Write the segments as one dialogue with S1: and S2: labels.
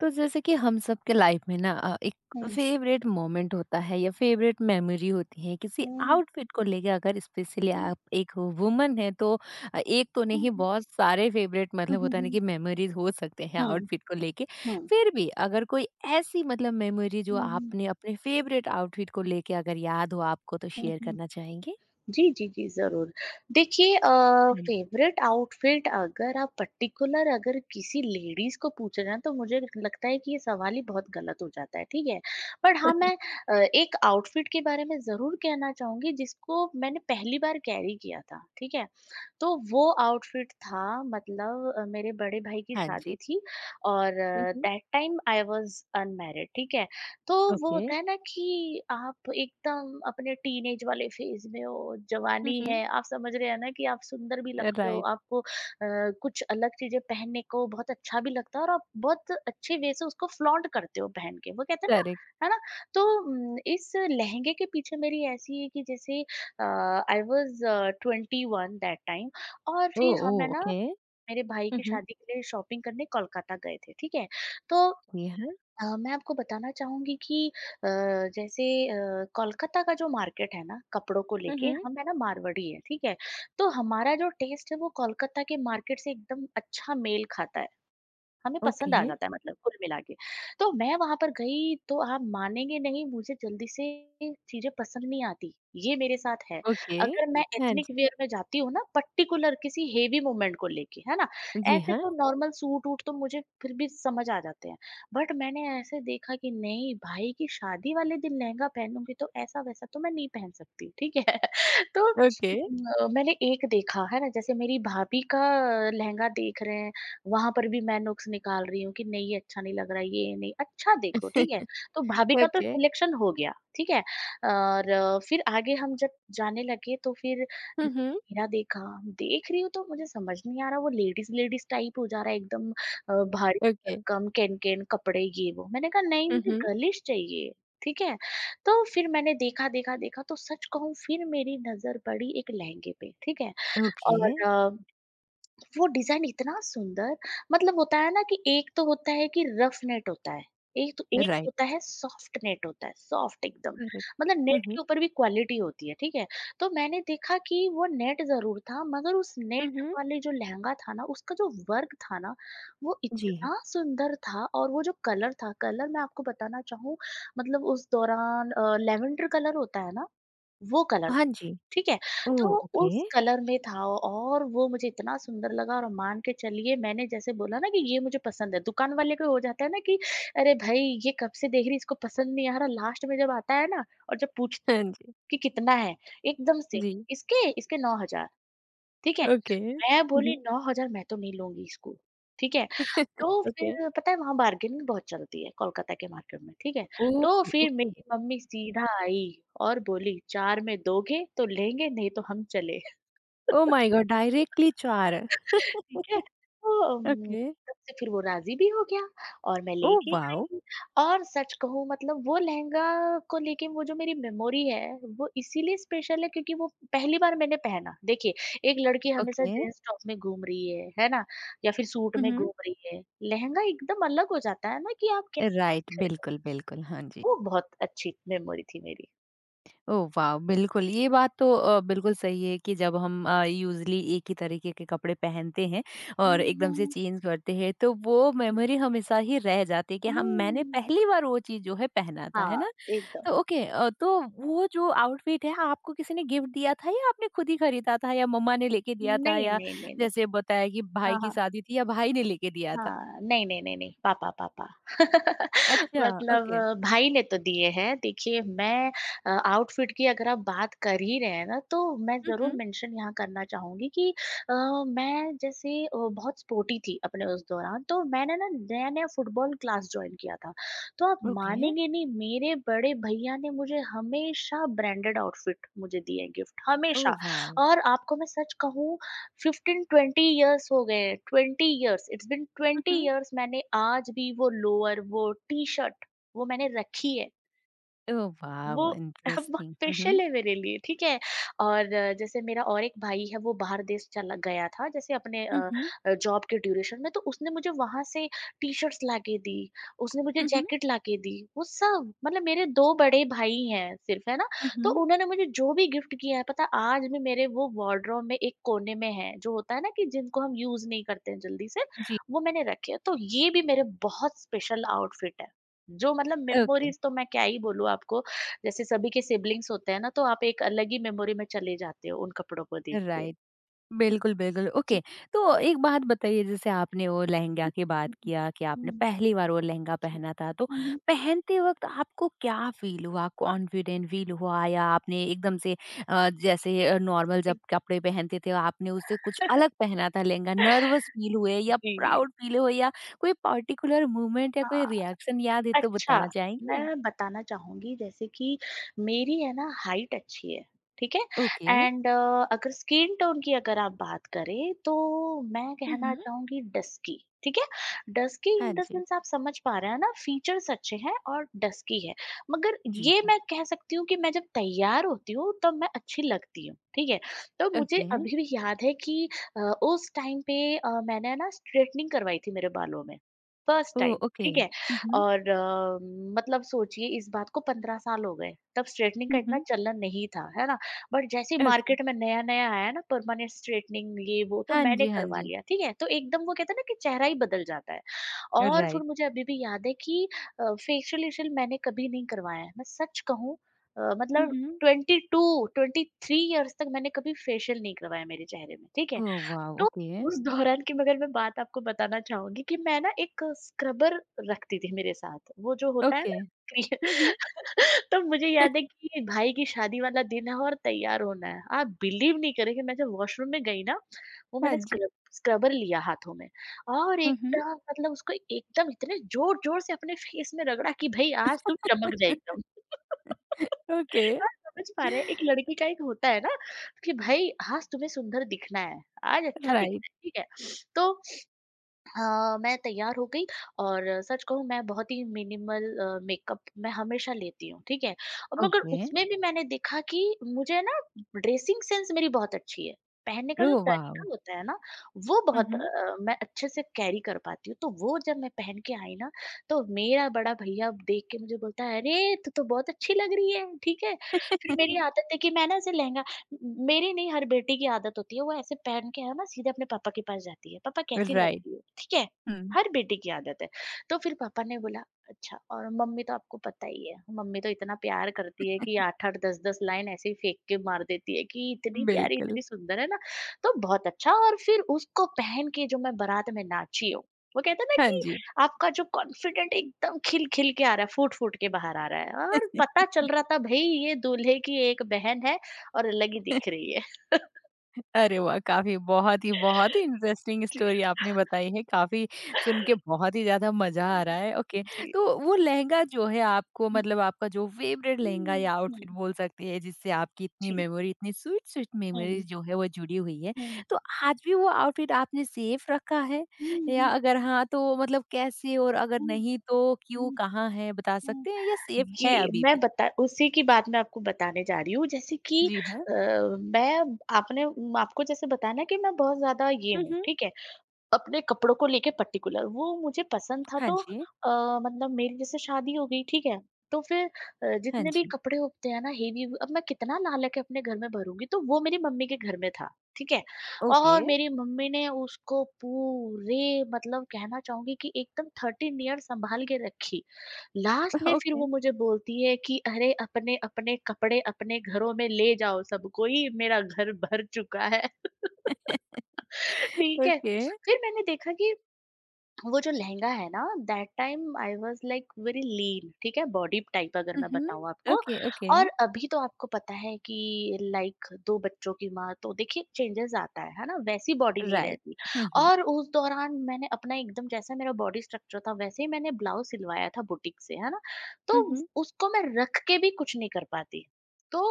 S1: तो जैसे कि हम सब के लाइफ में ना एक
S2: Hmm.
S1: फेवरेट मोमेंट होता है या फेवरेट मेमोरी होती है किसी
S2: Hmm.
S1: आउटफिट को लेके, अगर स्पेशली
S2: Hmm.
S1: आप एक वुमन है तो। एक तो नहीं,
S2: Hmm.
S1: बहुत सारे फेवरेट मतलब होता है ना
S2: Hmm.
S1: कि मेमोरीज हो सकते हैं
S2: Hmm.
S1: आउटफिट को लेके।
S2: Hmm.
S1: फिर भी अगर कोई ऐसी मतलब मेमोरी जो
S2: Hmm.
S1: आपने अपने फेवरेट आउटफिट को लेके अगर याद हो आपको, तो शेयर
S2: Hmm.
S1: करना चाहेंगे।
S2: जी, जी, जी, ज़रूर। देखिए
S1: हाँ जी।
S2: फ़ेवरेट आउटफिट अगर आप पर्टिकुलर अगर किसी लेडीज़ को पूछ रहे हैं, तो मुझे लगता है कि ये सवाल ही बहुत गलत हो जाता है, ठीक है? बट हाँ, मैं एक आउटफिट के बारे में ज़रूर कहना चाहूँगी, जिसको मैंने पहली बार कैरी किया था, ठीक है? तो वो आउटफिट था मतलब मेरे बड़े भाई की
S1: हाँ जी।
S2: शादी थी और
S1: हम्म।
S2: That time I was unmarried, ठीक है? तो वो
S1: ओके।
S2: होता है ना कि आप एकदम अपने टीनेज वाले फेज में हो, जवानी
S1: हम्म।
S2: है, आप समझ रहे हैं ना कि आप सुंदर भी लगते हो,
S1: राइट।
S2: आपको कुछ अलग चीजें पहनने को बहुत अच्छा भी लगता है और आप बहुत अच्छे वे से उसको फ्लॉन्ट करते हो पहन के, वो कहते हैं ना,
S1: करेक्ट।
S2: है ना। तो इस लहंगे के पीछे मेरी ऐसी है कि जैसे I was twenty one that time. और
S1: ओ
S2: फिर
S1: ओ
S2: हम है ना
S1: ओके।
S2: मेरे भाई की
S1: हम्म।
S2: शादी के लिए शॉपिंग करने कोलकाता गए थे, ठीक है? तो
S1: जी
S2: मैं आपको बताना चाहूँगी कि अ, जैसे कोलकाता का जो मार्केट है ना, कपड़ों को लेके,
S1: हाँ।
S2: हम है ना मारवाड़ी है, ठीक है? तो हमारा जो टेस्ट है वो कोलकाता के मार्केट से एकदम अच्छा मेल खाता है। हमें पसंद आ
S1: ओके।
S2: जाता है मतलब कुल मिला के। तो मैं वहाँ पर गई तो आप मानेंगे नहीं, मुझे जल्दी से चीज़ें पसंद नहीं आती, ये मेरे साथ है।
S1: ओके।
S2: अगर मैं
S1: हाँ
S2: एथनिक
S1: जी।
S2: वियर में जाती हूँ ना पर्टिकुलर किसी हेवी मोमेंट को लेके, है ना?
S1: जी
S2: ऐसे
S1: हाँ।
S2: तो नॉर्मल सूट-वूट तो मुझे फिर भी समझ आ जाते हैं। बट मैंने ऐसे देखा कि नहीं, भाई की शादी वाले दिन लहंगा पहनूँगी तो ऐसा-वैसा तो मैं नहीं पहन सकती, ठीक है? तो
S1: ओके।
S2: मैंने एक देखा है ना, जैसे मेरी भाभी का लहंगा देख रहे हैं, वहाँ पर भी मैं नुक्स निकाल रही हूँ कि नहीं ये अच्छा नहीं लग रहा है, ये नहीं अच्छा, देखो ठीक है, तो भाभी का तो
S1: ओके।
S2: सिलेक्शन हो गया, ठीक है? और फिर आगे हम जब जाने लगे तो फिर
S1: हुँ, हुँ।
S2: मेरा देख रही हूँ तो मुझे समझ नहीं आ रहा, वो लेडीज़-लेडीज़ टाइप हो जा रहा है एकदम, भारी
S1: ओके।
S2: भरकम केन-केन कपड़े ये वो। मैंने कहा नहीं,
S1: हुँ,
S2: मुझे
S1: हुँ।
S2: गर्लिश चाहिए, ठीक है? तो फिर मैंने देखा, देखा, देखा तो सच कहूँ फिर मेरी नज़र पड़ी एक लहंगे पे, ठीक है?
S1: ओके,
S2: और वो डिज़ाइन इतना सुंदर। मतलब होता है ना कि एक तो होता है कि रफ नेट होता है, एक तो एक
S1: राइट।
S2: होता है सॉफ्ट नेट होता है, सॉफ्ट एकदम।
S1: करेक्ट।
S2: मतलब
S1: हुँ,
S2: नेट
S1: हुँ।
S2: के ऊपर भी क्वालिटी होती है, ठीक है? तो मैंने देखा कि वो नेट ज़रूर था, मगर उस
S1: हुँ,
S2: नेट
S1: हुँ।
S2: वाले जो लहंगा था ना, उसका जो वर्क था ना, वो
S1: जी।
S2: इतना सुंदर था, और वो जो कलर था, कलर मैं आपको बताना चाहूँ, मतलब उस दौरान लैवेंडर कलर होता है ना, वो कलर,
S1: हाँ जी।
S2: ठीक है?
S1: ओह!
S2: तो
S1: ओके।
S2: उस कलर में था और वो मुझे इतना सुंदर लगा, और मान के चलिए, मैंने जैसे बोला ना कि ये मुझे पसंद है, दुकान वाले को हो जाता है ना कि अरे भाई ये कब से देख रही, इसको पसंद नहीं आ रहा, लास्ट में जब आता है ना। और जब पूछती हूँ
S1: हाँ जी।
S2: कि कितना है, एकदम से,
S1: जी।
S2: इसके? इसके 9,000, ठीक है?
S1: ओके।
S2: मैं
S1: हुँ,
S2: बोली
S1: हुँ।
S2: 9,000 मैं तो नहीं लूँगी इसको, ठीक है? तो
S1: ओके।
S2: फिर पता है वहाँ बार्गेनिंग बहुत चलती है कोलकाता के मार्केट में, ठीक है?
S1: ओह!
S2: तो फिर
S1: ओके।
S2: मेरी मम्मी सीधा आई और बोली 4 में दोगे तो लेंगे, नहीं तो हम चले।
S1: Oh my god! डायरेक्टली 4।
S2: ठीक है? तो
S1: ओके।
S2: तब से फिर वो राज़ी भी हो गया और मैं
S1: ओह
S2: लेके
S1: वाओ!
S2: आई, और सच कहूँ, मतलब वो लहंगा को लेके वो जो मेरी मेमोरी है, वो इसीलिए स्पेशल है क्योंकि वो पहली बार मैंने पहना। देखिए, एक लड़की हमेशा
S1: ओके।
S2: जीन्स टॉप में घूम रही है ना? या फिर सूट
S1: हुँ,
S2: में
S1: हुँ।
S2: घूम रही है। लहंगा एकदम अलग हो जाता है ना कि आप क्या
S1: राइट,
S2: कर रहे हो।
S1: बिल्कुल, बिल्कुल। हाँ जी।
S2: वो बहुत अच्छी मेमोरी थी मेरी।
S1: ओह वाह! बिल्कुल, ये बात तो बिल्कुल सही है कि जब हम यूज़ुअली एक ही तरीके के कपड़े पहनते हैं और
S2: हुँ,
S1: एकदम से
S2: हुँ।
S1: चेंज करते हैं, तो वो मेमोरी हमेशा ही रह जाती है कि हम मैंने
S2: हुँ।
S1: पहली बार वो चीज़ जो है पहना था, है
S2: हाँ,
S1: ना?
S2: एकदम।
S1: तो ओके तो वो जो आउटफिट है आपको किसी ने गिफ्ट दिया था या आपने खुद ही खरीदा था या मम्मा ने लेके दिया था,
S2: नहीं,
S1: या
S2: नहीं, नहीं, नहीं।
S1: जैसे बताया कि भाई
S2: हाँ,
S1: की
S2: हाँ।
S1: शादी थी, या भाई ने लेके दिया था?
S2: हाँ, नहीं, नहीं, नहीं, नहीं, पापा, पापा।
S1: अच्छा,
S2: मतलब
S1: ओके।
S2: भाई ने तो दिए हैं। देखिए मैं आउटफिट की अगर आप बात कर ही रहे हैं ना, तो मैं
S1: हुँ,
S2: ज़रूर
S1: हुँ।
S2: मेंशन यहाँ करना चाहूँगी कि अ, मैं जैसे बहुत स्पोर्टी थी अपने उस दौरान, तो मैंने ना नया-नया फुटबॉल क्लास जॉइन किया था। तो आप
S1: ओके।
S2: मानेंगे नहीं, मेरे बड़े भैया ने मुझे हमेशा ब्रांडेड आउटफिट मुझे दिए गिफ्ट,
S1: ओह
S2: हमेशा।
S1: वाव!
S2: और आपको मैं सच कहूँ, 15-20 इयर्स हो गए, 20 इयर्स, इट्स बीन
S1: हुँ,
S2: 20
S1: हुँ।
S2: इयर्स, मैंने आज भी वो लोअर, वो टी शर्ट, वो मैंने रखी है।
S1: ओह वाव!
S2: वो बहुत
S1: इंटरेस्टिंग। हुँ, हुँ।
S2: स्पेशल है मेरे लिए, ठीक है? और जैसे मेरा और एक भाई है, वो बाहर देश चला गया था जैसे अपने
S1: हुँ, हुँ।
S2: जॉब के ड्यूरेशन में, तो उसने मुझे वहाँ से टी-शर्ट्स ला के दी, उसने मुझे
S1: हुँ, हुँ।
S2: जैकेट ला के दी, वो सब, मतलब मेरे 2 बड़े भाई हैं सिर्फ, है ना?
S1: हुँ,
S2: तो
S1: हुँ।
S2: उन्होंने मुझे जो भी गिफ्ट किया है, पता है आज भी मेरे वो वार्डरोब में एक कोने में है, जो होता है ना कि जिनको हम यूज़ नहीं करते हैं जल्दी से,
S1: जी,
S2: वो मैंने रखे हैं। तो ये भी मेरे बहुत स्पेशल आउटफिट है, जो मतलब
S1: ओके,
S2: मेमोरीज़ तो मैं क्या ही बोलूँ आपको, जैसे सभी के सिबलिंग्स होते हैं ना, तो आप एक अलग ही मेमोरी में चले जाते हो उन कपड़ों को देख के।
S1: राइट। बिल्कुल, बिल्कुल, ओके।
S2: जी।
S1: तो एक बात बताइए, जैसे आपने वो लहंगा
S2: हुँ,
S1: की बात
S2: हुँ,
S1: किया कि आपने
S2: हुँ, हुँ,
S1: पहली बार वो लहंगा
S2: जी।
S1: पहना था, तो पहनते वक़्त आपको क्या फ़ील हुआ? कॉन्फिडेंट फ़ील हुआ, या आपने एकदम से नॉर्मल जब कपड़े पहनते थे, आपने उससे कुछ
S2: हुँ, हुँ।
S1: अलग पहना था लहंगा, नर्वस फ़ील हुए या
S2: जी।
S1: प्राउड फ़ील हुए, या कोई पार्टिकुलर मूवमेंट या कोई
S2: हाँ।
S1: रिएक्शन याद है तो
S2: अच्छा,
S1: बताना चाहेंगे?
S2: मैं बताना चाहूँगी जैसे कि मेरी है ना हाइट अच्छी है, ठीक है?
S1: ओके।
S2: एंड अगर स्किन टोन की अगर आप बात करें, तो मैं
S1: हुँ,
S2: कहना
S1: हुँ।
S2: चाहूँगी डस्की, ठीक है? डस्की
S1: हाँ
S2: इन द
S1: जी।
S2: सेंस, आप समझ पा रहे हैं ना, फीचर्स अच्छे हैं और डस्की है। मगर
S1: जी,
S2: ये
S1: हाँ।
S2: मैं कह सकती हूँ कि मैं जब तैयार होती हूँ तब मैं अच्छी लगती हूँ, ठीक है? तो मुझे
S1: ओके।
S2: अभी भी याद है कि उस टाइम पे मैंने ना स्ट्रेटनिंग करवाई थी मेरे बालों में, फर्स्ट
S1: ओह!
S2: Time,
S1: okay.
S2: ठीक है?
S1: हुँ, हुँ।
S2: और मतलब सोचिए इस बात को 15 साल हो गए, तब स्ट्रेटनिंग का
S1: हुँ,
S2: इतना
S1: हुँ।
S2: चलन नहीं था, है ना? बट जैसे ही
S1: ओके।
S2: मार्केट में नया-नया आया ना परमानेंट स्ट्रेटनिंग ये वो, तो
S1: हाँ
S2: मैंने
S1: जी, हाँ
S2: करवा
S1: जी।
S2: लिया, ठीक है? तो एकदम वो कहते हैं ना कि चेहरा ही बदल जाता है, और फिर
S1: राइट।
S2: मुझे अभी भी याद है कि फेशियल-वेशियल मैंने कभी नहीं करवाया है। मैं सच कहूँ
S1: हुँ,
S2: मतलब
S1: हुँ।
S2: 22, 23 इयर्स तक मैंने कभी फेशियल नहीं करवाया मेरे चेहरे में, ठीक है?
S1: Oh wow!
S2: तो
S1: ओके,
S2: उस दौरान की मगर मैं बात आपको बताना चाहूँगी कि मैं ना एक स्क्रबर रखती थी मेरे साथ, वो जो होता है
S1: ओके।
S2: ना क्री।
S1: हुँ, हुँ।
S2: तो मुझे याद है कि भाई की शादी वाला दिन है और तैयार होना है। आप बिलीव नहीं करेंगे, मैं जब वॉशरूम में गई ना, वो
S1: हाँ
S2: मैंने
S1: जी।
S2: स्क्रबर लिया हाथों में और
S1: हुँ, हुँ।
S2: एकदम मतलब उसको एकदम इतने ज़ोर-ज़ोर से अपने फेस में रगड़ा कि भई आज तुम चमक जाए एकदम।
S1: ओके,
S2: आप समझ पा रहे हैं, एक लड़की का एक होता है ना कि भाई आज तुम्हें सुंदर दिखना है, आज अच्छा
S1: राइट।
S2: दिखना है, ठीक है? तो मैं तैयार हो गई, और सच कहूँ मैं बहुत ही मिनिमल मेकअप मैं हमेशा लेती हूँ, ठीक है? और मगर
S1: ओके।
S2: उसमें भी मैंने देखा कि मुझे ना ड्रेसिंग सेंस मेरी बहुत अच्छी है। पहनने का जो
S1: ओह
S2: तरीका
S1: वॉव!
S2: होता है ना, वो
S1: हुँ,
S2: बहुत
S1: हुँ।
S2: मैं अच्छे से कैरी कर पाती हूँ। तो वो जब मैं पहन के आई ना, तो मेरा बड़ा भैया देख के मुझे बोलता है, "अरे! तू तो बहुत अच्छी लग रही है", ठीक है? फिर मेरी आदत है कि मैं ना ऐसे लहंगा, मेरी नहीं हर बेटी की आदत होती है, वो ऐसे पहन के है ना सीधे अपने पापा के पास जाती है, "पापा कैसी लग
S1: राइट।
S2: रही हो?" ठीक है?
S1: हुँ।
S2: हर बेटी की आदत है। तो फिर पापा ने बोला अच्छा, और मम्मी तो आपको पता ही है, मम्मी तो इतना प्यार करती है कि 8-8 10-10 लाइन ऐसे ही फेंक के मार देती है कि इतनी प्यारी,
S1: बिल्कुल।
S2: इतनी सुंदर है ना, तो बहुत अच्छा। और फिर उसको पहन के जो मैं बारात में नाची हूँ, वो कहते हैं ना
S1: हाँ
S2: कि
S1: जी।
S2: आपका जो कॉन्फिडेंट एकदम खिल-खिल के आ रहा है, फूट-फूट के बाहर आ रहा है, और पता चल रहा था भई ये दूल्हे की एक बहन है और अलग ही दिख रही है।
S1: अरे वाह! काफ़ी बहुत ही इंटरेस्टिंग
S2: जी।
S1: स्टोरी आपने बताई है, काफ़ी सुन के बहुत ही ज़्यादा मज़ा आ रहा है। ओके,
S2: जी।
S1: तो वो लहंगा जो है आपको
S2: हुँ,
S1: मतलब आपका जो फ़ेवरेट लहंगा
S2: हुँ,
S1: या
S2: हुँ,
S1: आउटफिट बोल सकते हैं, जिससे आपकी इतनी
S2: जी।
S1: मेमोरी, इतनी स्वीट-स्वीट
S2: हुँ,
S1: मेमोरीज़
S2: हुँ,
S1: जो है वो जुड़ी हुई है।
S2: हुँ,
S1: तो आज भी वो आउटफिट आपने सेफ रखा है? या
S2: हुँ,
S1: अगर हाँ, तो मतलब कैसे, और अगर
S2: हुँ,
S1: नहीं तो क्यों,
S2: हुँ,
S1: कहाँ है बता
S2: हुँ।
S1: सकते हैं या सेफ है
S2: ये
S1: अभी
S2: मैं
S1: भी?
S2: बता उसी की बात मैं आपको बताने जा रही हूँ, जैसे कि
S1: जी हाँ।
S2: मैं आपने आपको जैसे बताया ना कि मैं बहुत ज़्यादा ये
S1: हुँ,
S2: हूँ,
S1: हुँ।
S2: ठीक है? अपने कपड़ों को लेके पर्टिकुलर वो मुझे पसंद था।
S1: हाँ
S2: तो
S1: जी,
S2: मतलब मेरी जैसे शादी हो गई, ठीक है। तो फिर
S1: हाँ
S2: जितने भी
S1: जी।
S2: कपड़े होते हैं ना हेवी, अब मैं कितना ला लेके अपने घर में भरूंगी, तो वो मेरी मम्मी के घर में था, ठीक है।
S1: ओके,
S2: और मेरी मम्मी ने उसको पूरे मतलब कहना चाहूंगी कि एकदम 13 ईयर संभाल के रखी। लास्ट में फिर
S1: ओके।
S2: वो मुझे बोलती है कि अरे अपने अपने कपड़े अपने घरों में ले जाओ, सब कोई मेरा घर भर चुका है। ठीक है,
S1: ओके।
S2: फिर मैंने देखा कि वो जो लहंगा है ना, that time I was like very lean, ठीक है। बॉडी टाइप अगर
S1: हुँ,
S2: मैं
S1: हुँ।
S2: बताऊं आपको,
S1: ओके, ओके।
S2: और अभी तो आपको पता है कि लाइक दो बच्चों की माँ, तो देखिए चेंजेस आता है ना, वैसी बॉडी नहीं
S1: राइट।
S2: रहती।
S1: हुँ, हुँ।
S2: और उस दौरान मैंने अपना एकदम जैसा मेरा बॉडी स्ट्रक्चर था वैसे ही मैंने ब्लाउज सिलवाया था बुटीक से, है ना। तो
S1: हुँ, हुँ।
S2: उसको मैं रख के भी कुछ नहीं कर पाती, तो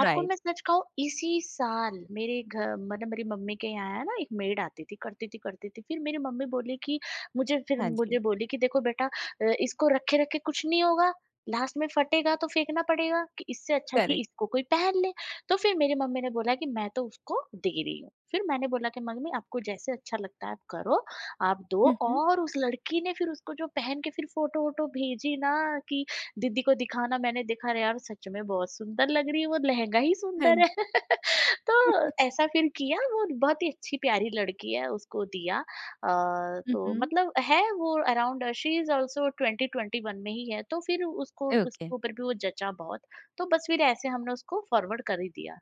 S2: आपको
S1: राइट।
S2: मैं सच कहूँ, इसी साल मेरे घर मतलब मेरी मम्मी के यहाँ है ना एक मेड आती थी, करती थी करती थी, फिर मेरी मम्मी बोली कि मुझे फिर
S1: हाँ जी,
S2: मुझे बोली कि देखो बेटा, इसको रखे-रखे कुछ नहीं होगा, लास्ट में फटेगा तो फेंकना पड़ेगा, कि इससे अच्छा है कि
S1: करेक्ट।
S2: इसको कोई पहन ले। तो फिर मेरी मम्मी ने बोला कि मैं तो उसको दे रही हूँ। फिर मैंने बोला कि मम्मी आपको जैसे अच्छा लगता है आप करो, आप दो।
S1: हुँ, हुँ।
S2: और उस लड़की ने फिर उसको जो पहन के फिर फ़ोटो-वोटो भेजी ना कि दीदी को दिखाना, मैंने देखा अरे यार सच में बहुत सुंदर लग रही है, वो लहंगा ही
S1: हाँ जी।
S2: सुंदर है। तो ऐसा फिर किया, वो बहुत ही अच्छी प्यारी लड़की है, उसको दिया।
S1: हुँ,
S2: तो
S1: हुँ।
S2: मतलब है वो अराउंड शी इज़ ऑल्सो 2021 में ही है, तो फिर उसको
S1: ओके,
S2: उसके ऊपर भी वो जचा बहुत। तो बस फिर ऐसे हमने उसको फॉरवर्ड कर ही दिया।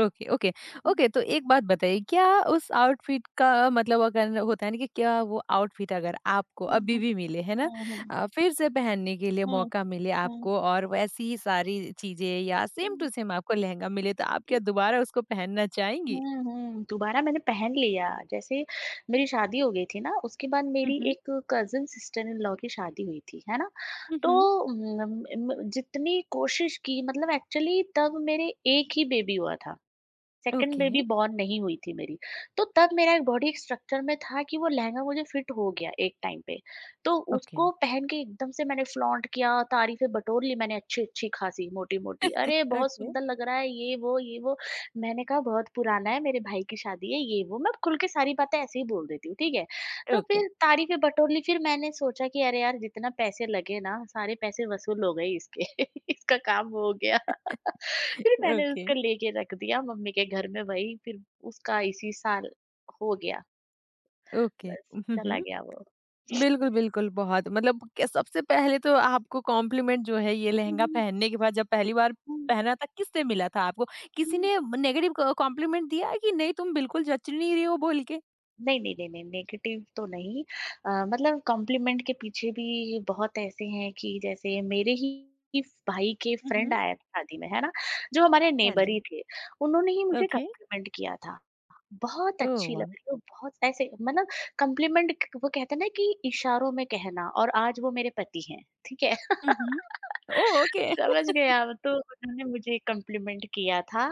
S1: Okay, okay.
S2: हुँ।
S1: ओके, तो एक बात बताइए, क्या उस आउटफिट का मतलब अगर होता है ना कि क्या वो आउटफिट अगर आपको
S2: हुँ,
S1: अभी
S2: हुँ।
S1: भी मिले, है ना?
S2: हुँ, हुँ।
S1: फिर से पहनने के लिए
S2: हुँ,
S1: मौका मिले
S2: हुँ।
S1: आपको और वैसी ही सारी चीज़ें या
S2: हुँ,
S1: सेम टू
S2: हुँ।
S1: सेम आपको लहंगा मिले, तो आप क्या दोबारा उसको पहनना चाहेंगी?
S2: हुँ, हुँ, दोबारा मैंने पहन लिया। जैसे मेरी शादी हो गई थी ना, उसके बाद
S1: हुँ,
S2: मेरी
S1: हुँ।
S2: एक कज़िन सिस्टर इन लॉ की शादी हुई थी, है ना?
S1: हुँ, हुँ।
S2: तो म म जितनी कोशिश की, मतलब एक्चुअली तब मेरे एक ही बेबी हुआ था। सेकंड बेबी
S1: ओके,
S2: बॉर्न नहीं हुई थी मेरी। तो तब मेरा एक बॉडी स्ट्रक्चर में था कि वो लहंगा मुझे फिट हो गया एक टाइम पे। तो
S1: ओके,
S2: उसको पहन के एकदम से मैंने फ्लॉन्ट किया, तारीफ़ें बटोर ली मैंने अच्छी-अच्छी खासी, मोटी-मोटी। अरे! बहुत
S1: ओके।
S2: सुंदर लग रहा है ये वो, ये वो। मैंने कहा बहुत पुराना है, मेरे भाई की शादी है, ये वो। मैं खुल के सारी बातें ऐसे ही बोल देती हूँ, ठीक है। तो
S1: ओके,
S2: फिर तारीफ़ें बटोर ली, फिर मैंने सोचा कि अरे यार जितना पैसे लगे ना, सारे पैसे वसूल हो गए इसके। इसका काम हो गया। फिर मैंने
S1: ओके,
S2: उसको लेके रख दिया मम्मी के घर में, वही फिर उसका इसी साल हो गया।
S1: ओके।
S2: बस,
S1: हुँ,
S2: चला
S1: हुँ।
S2: गया वो।
S1: बिल्कुल, बिल्कुल, बहुत मतलब क सबसे पहले तो आपको कॉम्प्लीमेंट जो है, ये लहंगा
S2: हुँ,
S1: पहनने के बाद जब पहली बार
S2: हुँ,
S1: पहना था, किससे मिला था आपको? किसी
S2: हुँ।
S1: ने नेगेटिव क कॉम्प्लीमेंट दिया कि नहीं तुम बिल्कुल जच नहीं रही हो बोल के?
S2: नहीं, नहीं, नहीं, नहीं, नेगेटिव तो नहीं। मतलब कॉम्प्लीमेंट के पीछे भी बहुत ऐसे हैं कि जैसे मेरे ही भाई के
S1: हुँ,
S2: फ्रेंड
S1: हुँ।
S2: आया था शादी में, है ना? जो हमारे
S1: हाँ
S2: नेबर
S1: जी।
S2: ही थे, उन्होंने ही मुझे
S1: ओके।
S2: कॉम्प्लीमेंट किया था। बहुत
S1: ओह
S2: अच्छी लग
S1: वाह!
S2: रही हो, बहुत ऐसे, मतलब कॉम्प्लीमेंट क वो कहते हैं ना कि इशारों में कहना, और आज वो मेरे पति हैं, ठीक है?
S1: हुँ, हुँ। ओह! ओके।
S2: समझ गए आप? तो उन्होंने मुझे कॉम्प्लीमेंट किया था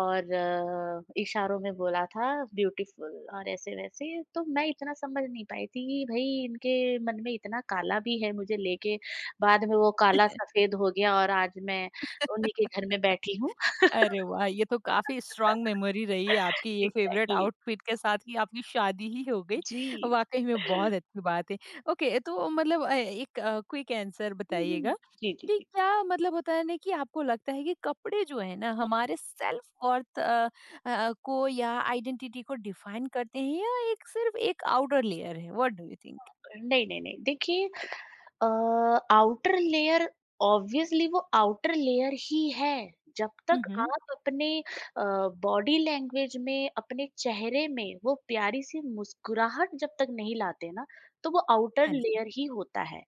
S2: और इशारों में बोला था ब्यूटीफुल और ऐसे-वैसे। तो मैं इतना समझ नहीं पाई थी कि भई इनके मन में इतना काला भी है मुझे लेके। बाद में वो काला सफ़ेद हो गया और आज मैं उन्हीं के घर में बैठी हूँ।
S1: अरे वाह! ये तो काफ़ी स्ट्रॉन्ग मेमोरी रही है आपकी, ये फेवरेट
S2: एग्ज़ैक्टली,
S1: आउटफिट के साथ कि आपकी शादी ही हो गई।
S2: जी।
S1: वाक़ई में बहुत अच्छी बात है। ओके, तो मतलब एक क्विक आंसर
S2: हुँ, हुँ।
S1: बताइएगा
S2: जी, जी,
S1: कि
S2: जी।
S1: क्या मतलब होता है ना कि आपको लगता है कि कपड़े जो है ना हमारे सेल्फ वर्थ को या आइडेंटिटी को डिफाइन करते हैं, या एक सिर्फ़ एक आउटर लेयर है? What do you think?
S2: नहीं, नहीं, नहीं, देखिए अ, आउटर लेयर, ऑब्वियसली वो आउटर लेयर ही है। जब
S1: हुँ,
S2: तक
S1: हुँ।
S2: आप अपने अ, बॉडी लैंग्वेज में, अपने चेहरे में वो प्यारी-सी मुस्कुराहट जब तक नहीं लाते ना, तो वो आउटर
S1: हाँ जी,
S2: लेयर ही होता है।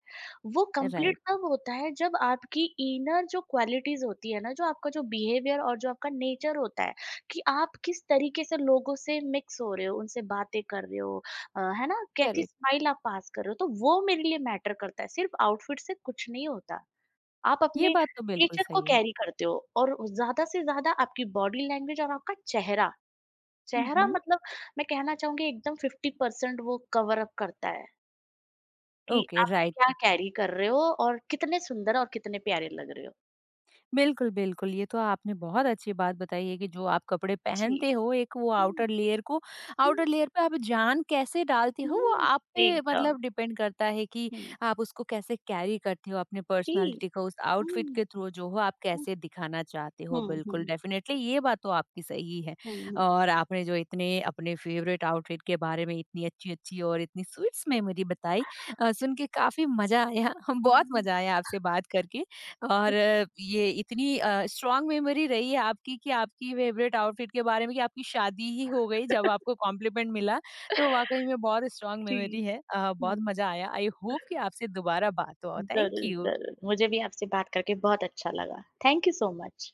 S2: वो कंप्लीट
S1: राइट।
S2: तब होता है जब आपकी इनर जो क्वालिटीज़ होती है ना, जो आपका जो बिहेवियर और जो आपका नेचर होता है, कि आप किस तरीके से लोगों से मिक्स हो रहे हो, उनसे बातें कर रहे हो, है ना? कैसी
S1: करेक्ट।
S2: स्माइल आप पास कर रहे हो, तो वो मेरे लिए मैटर करता है, सिर्फ आउटफिट से कुछ नहीं होता। आप
S1: ये
S2: अपने
S1: बात तो बिल्कुल
S2: नेचर को
S1: सही है।
S2: कैरी करते हो, और ज़्यादा से ज़्यादा आपकी बॉडी लैंग्वेज और आपका चेहरा,
S1: हुँ,
S2: चेहरा
S1: हुँ।
S2: मतलब मैं कहना चाहूँगी एकदम 50% वो कवर अप करता है कि
S1: ओके,
S2: आप
S1: राइट।
S2: क्या कैरी कर रहे हो और कितने सुंदर और कितने प्यारे लग रहे हो।
S1: बिल्कुल, बिल्कुल। ये तो आपने बहुत अच्छी बात बताई है कि जो आप कपड़े
S2: जी।
S1: पहनते हो एक वो
S2: हुँ,
S1: आउटर लेयर को,
S2: हुँ,
S1: आउटर लेयर पे आप जान कैसे डालते हो वो
S2: हुँ।
S1: आप पे
S2: एकदम।
S1: मतलब डिपेंड करता है कि
S2: हुँ,
S1: आप उसको कैसे कैरी करते हो, अपने
S2: जी।
S1: पर्सनैलिटी को उस आउटफिट के
S2: हुँ,
S1: थ्रू जो हो आप
S2: हुँ,
S1: कैसे दिखाना चाहते हो।
S2: हुँ,
S1: बिल्कुल,
S2: हुँ,
S1: डेफिनिटली ये बात तो आपकी सही है।
S2: हुँ, हुँ,
S1: और आपने जो इतने अपने फेवरेट आउटफिट के बारे में इतनी अच्छी-अच्छी और इतनी स्वीट्स मेमोरी बताई, सुन के काफ़ी मज़ा आया। बहुत
S2: हुँ।
S1: मज़ा आया आपसे बात करके। और ये इतनी स्ट्रॉन्ग मेमोरी रही है आपकी कि आपकी फेवरेट आउटफिट के बारे में कि आपकी शादी ही हो गई जब आपको कॉम्प्लीमेंट मिला, तो वाकई में बहुत स्ट्रॉन्ग
S2: जी।
S1: मेमोरी है। बहुत
S2: हुँ।
S1: मजा आया, आई होप कि आपसे दोबारा बात हो। थैंक
S2: ज़रूर,
S1: यू।
S2: ज़रूर। मुझे भी आपसे बात करके बहुत अच्छा लगा। Thank you so much.